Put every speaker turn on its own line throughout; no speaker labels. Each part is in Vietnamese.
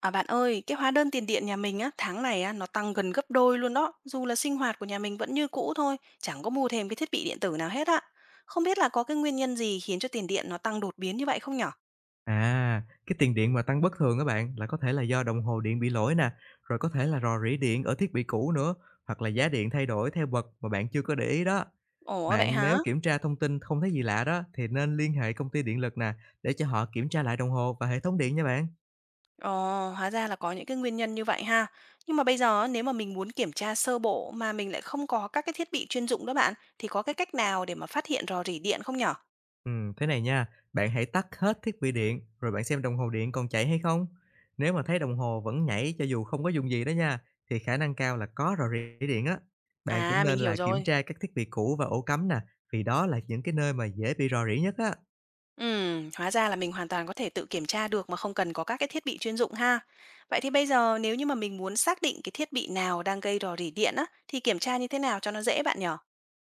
À bạn ơi, cái hóa đơn tiền điện nhà mình á, tháng này á, nó tăng gần gấp đôi luôn đó. Dù là sinh hoạt của nhà mình vẫn như cũ thôi, chẳng có mua thêm cái thiết bị điện tử nào hết á. Không biết là có cái nguyên nhân gì khiến cho tiền điện nó tăng đột biến như vậy không nhở?
À, cái tiền điện mà tăng bất thường các bạn là có thể là do đồng hồ điện bị lỗi nè, rồi có thể là rò rỉ điện ở thiết bị cũ nữa, hoặc là giá điện thay đổi theo bậc mà bạn chưa có để ý đó.
Ồ vậy
Bạn nếu
hả?
kiểm tra thông tin không thấy gì lạ đó thì nên liên hệ công ty điện lực nè để cho họ kiểm tra lại đồng hồ và hệ thống điện nha bạn.
Ồ, hóa ra là có những cái nguyên nhân như vậy ha. Nhưng mà bây giờ á, nếu mà mình muốn kiểm tra sơ bộ mà mình lại không có các cái thiết bị chuyên dụng đó bạn, thì có cái cách nào để mà phát hiện rò rỉ điện không nhở?
Thế này nha, bạn hãy tắt hết thiết bị điện rồi bạn xem đồng hồ điện còn chạy hay không. Nếu mà thấy đồng hồ vẫn nhảy cho dù không có dùng gì đó nha, thì khả năng cao là có rò rỉ điện á. Bạn cũng
À, mình
nên
hiểu
là kiểm
rồi.
tra các thiết bị cũ và ổ cắm nè, vì đó là những cái nơi mà dễ bị rò rỉ nhất á.
Hóa ra là mình hoàn toàn có thể tự kiểm tra được mà không cần có các cái thiết bị chuyên dụng ha. Vậy thì bây giờ nếu như mà mình muốn xác định cái thiết bị nào đang gây rò rỉ điện á, thì kiểm tra như thế nào cho nó dễ bạn nhở?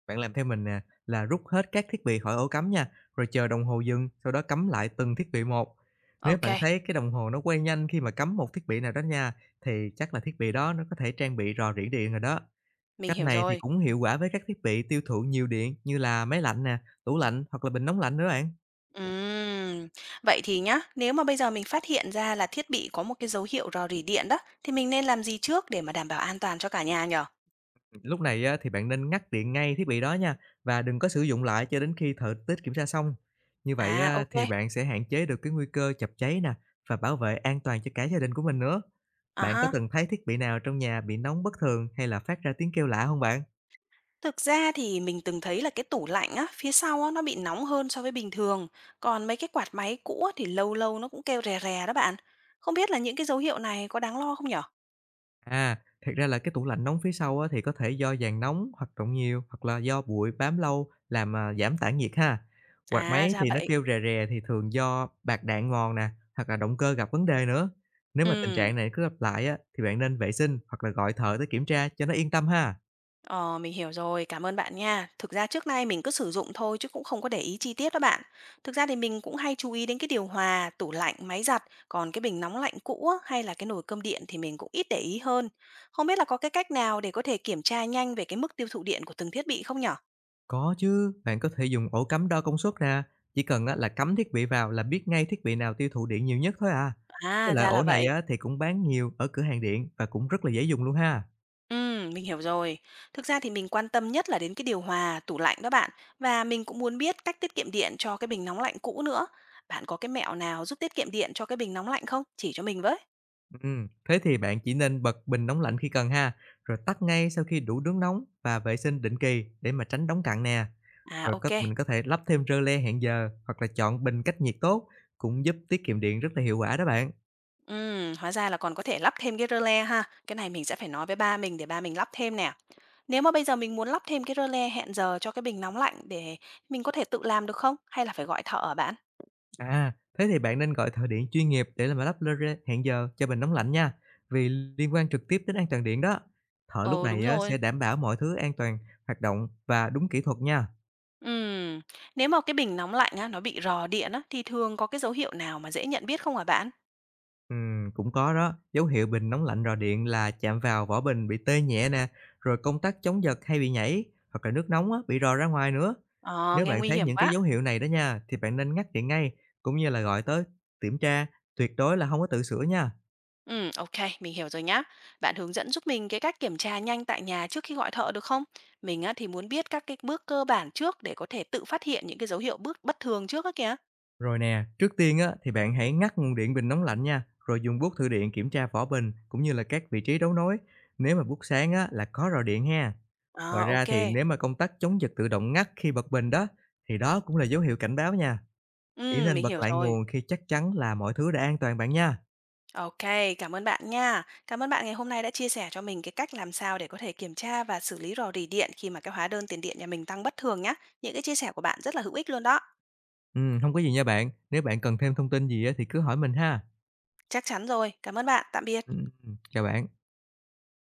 Bạn làm theo mình nè, là rút hết các thiết bị khỏi ổ cắm nha, rồi chờ đồng hồ dừng, sau đó cắm lại từng thiết bị một. Nếu
Ok,
bạn thấy cái đồng hồ nó quay nhanh khi mà cắm một thiết bị nào đó nha, thì chắc là thiết bị đó nó có thể trang bị rò rỉ điện rồi đó.
mình
Cách
hiểu
này thì
rồi.
cũng hiệu quả với các thiết bị tiêu thụ nhiều điện như là máy lạnh nè, tủ lạnh hoặc là bình nóng lạnh nữa bạn.
Ừm, Vậy thì nhá, nếu mà bây giờ mình phát hiện ra là thiết bị có một cái dấu hiệu rò rỉ điện đó, thì mình nên làm gì trước để mà đảm bảo an toàn cho cả nhà nhở?
Lúc này á, thì bạn nên ngắt điện ngay thiết bị đó nha và đừng có sử dụng lại cho đến khi thợ tiết kiểm tra xong. Như vậy
À,
á,
ok.
thì bạn sẽ hạn chế được cái nguy cơ chập cháy nè và bảo vệ an toàn cho cả gia đình của mình nữa.
À
Bạn có
ha.
từng thấy thiết bị nào trong nhà bị nóng bất thường hay là phát ra tiếng kêu lạ không bạn?
Thực ra thì mình từng thấy là cái tủ lạnh á, phía sau á, nó bị nóng hơn so với bình thường, còn mấy cái quạt máy cũ á, thì lâu lâu nó cũng kêu rè rè đó bạn. Không biết là những cái dấu hiệu này có đáng lo không nhở?
À, thật ra là cái tủ lạnh nóng phía sau á, thì có thể do giàn nóng hoạt động nhiều hoặc là do bụi bám lâu làm giảm tản nhiệt ha. Quạt
À,
máy
ra
thì nó
vậy.
kêu rè rè thì thường do bạc đạn mòn nè hoặc là động cơ gặp vấn đề nữa. Nếu mà tình
Ừ,
trạng này cứ lặp lại á, thì bạn nên vệ sinh hoặc là gọi thợ tới kiểm tra cho nó yên tâm ha.
ờ, mình hiểu rồi, cảm ơn bạn nha. Thực ra trước nay mình cứ sử dụng thôi chứ cũng không có để ý chi tiết đó bạn. Thực ra thì mình cũng hay chú ý đến cái điều hòa, tủ lạnh, máy giặt, còn cái bình nóng lạnh cũ á, hay là cái nồi cơm điện thì mình cũng ít để ý hơn. Không biết là có cái cách nào để có thể kiểm tra nhanh về cái mức tiêu thụ điện của từng thiết bị không nhở?
Có chứ, bạn có thể dùng ổ cắm đo công suất nè. Chỉ cần á, là cắm thiết bị vào là biết ngay thiết bị nào tiêu thụ điện nhiều nhất thôi à. Cái
À,
loại
ra
ổ
là
này
vậy.
á, thì cũng bán nhiều ở cửa hàng điện và cũng rất là dễ dùng luôn ha.
Mình hiểu rồi. Thực ra thì mình quan tâm nhất là đến cái điều hòa, tủ lạnh đó bạn. Và mình cũng muốn biết cách tiết kiệm điện cho cái bình nóng lạnh cũ nữa. Bạn có cái mẹo nào giúp tiết kiệm điện cho cái bình nóng lạnh không? Chỉ cho mình với.
Thế thì bạn chỉ nên bật bình nóng lạnh khi cần ha, rồi tắt ngay sau khi đủ nước nóng và vệ sinh định kỳ để mà tránh đóng cặn nè.
À,
Rồi có
ok.
mình có thể lắp thêm rơ le hẹn giờ hoặc là chọn bình cách nhiệt tốt cũng giúp tiết kiệm điện rất là hiệu quả đó bạn.
Hóa ra là còn có thể lắp thêm cái rơ le ha. Cái này mình sẽ phải nói với ba mình để ba mình lắp thêm nè. Nếu mà bây giờ mình muốn lắp thêm cái rơ le hẹn giờ cho cái bình nóng lạnh để mình có thể tự làm được không? Hay là phải gọi thợ hả bạn?
À, thế thì bạn nên gọi thợ điện chuyên nghiệp để là mà lắp rơ le hẹn giờ cho bình nóng lạnh nha, vì liên quan trực tiếp đến an toàn điện đó. Thợ lúc
Ờ, đúng
này á,
rồi.
sẽ đảm bảo mọi thứ an toàn hoạt động và đúng kỹ thuật nha.
Ừm, Nếu mà cái bình nóng lạnh á, nó bị rò điện á, thì thường có cái dấu hiệu nào mà dễ nhận biết không hả bạn?
Cũng có đó. Dấu hiệu bình nóng lạnh rò điện là chạm vào vỏ bình bị tê nhẹ nè, rồi công tắc chống giật hay bị nhảy, hoặc là nước nóng á, bị rò ra ngoài nữa.
Ờ,
Nếu
nghe
bạn
nguy
thấy
hiểm
những cái
quá.
dấu hiệu này đó nha, thì bạn nên ngắt điện ngay, cũng như là gọi tới kiểm tra, tuyệt đối là không có tự sửa nha.
Ừ, ok, mình hiểu rồi nhá. Bạn hướng dẫn giúp mình cái cách kiểm tra nhanh tại nhà trước khi gọi thợ được không? Mình á, thì muốn biết các cái bước cơ bản trước để có thể tự phát hiện những cái dấu hiệu bước bất thường trước á kìa.
Rồi nè, trước tiên á, thì bạn hãy ngắt nguồn điện bình nóng lạnh nha, rồi dùng bút thử điện kiểm tra vỏ bình, cũng như là các vị trí đấu nối. Nếu mà bút sáng á, là có rò điện ha. Ngoài
Ờ,
ra
ok.
thì nếu mà công tắc chống giật tự động ngắt khi bật bình đó, thì đó cũng là dấu hiệu cảnh báo nha. Chỉ
Ừ,
nên
mình
bật
hiểu
lại
rồi.
nguồn khi chắc chắn là mọi thứ đã an toàn bạn nha.
OK, cảm ơn bạn nha. Cảm ơn bạn ngày hôm nay đã chia sẻ cho mình cái cách làm sao để có thể kiểm tra và xử lý rò rỉ điện khi mà cái hóa đơn tiền điện nhà mình tăng bất thường nhá. Những cái chia sẻ của bạn rất là hữu ích luôn đó.
Hông có gì nha bạn, nếu bạn cần thêm thông tin gì á thì cứ hỏi mình ha.
Chắc chắn rồi. Cảm ơn bạn. Tạm biệt.
Ừm, Chào bạn.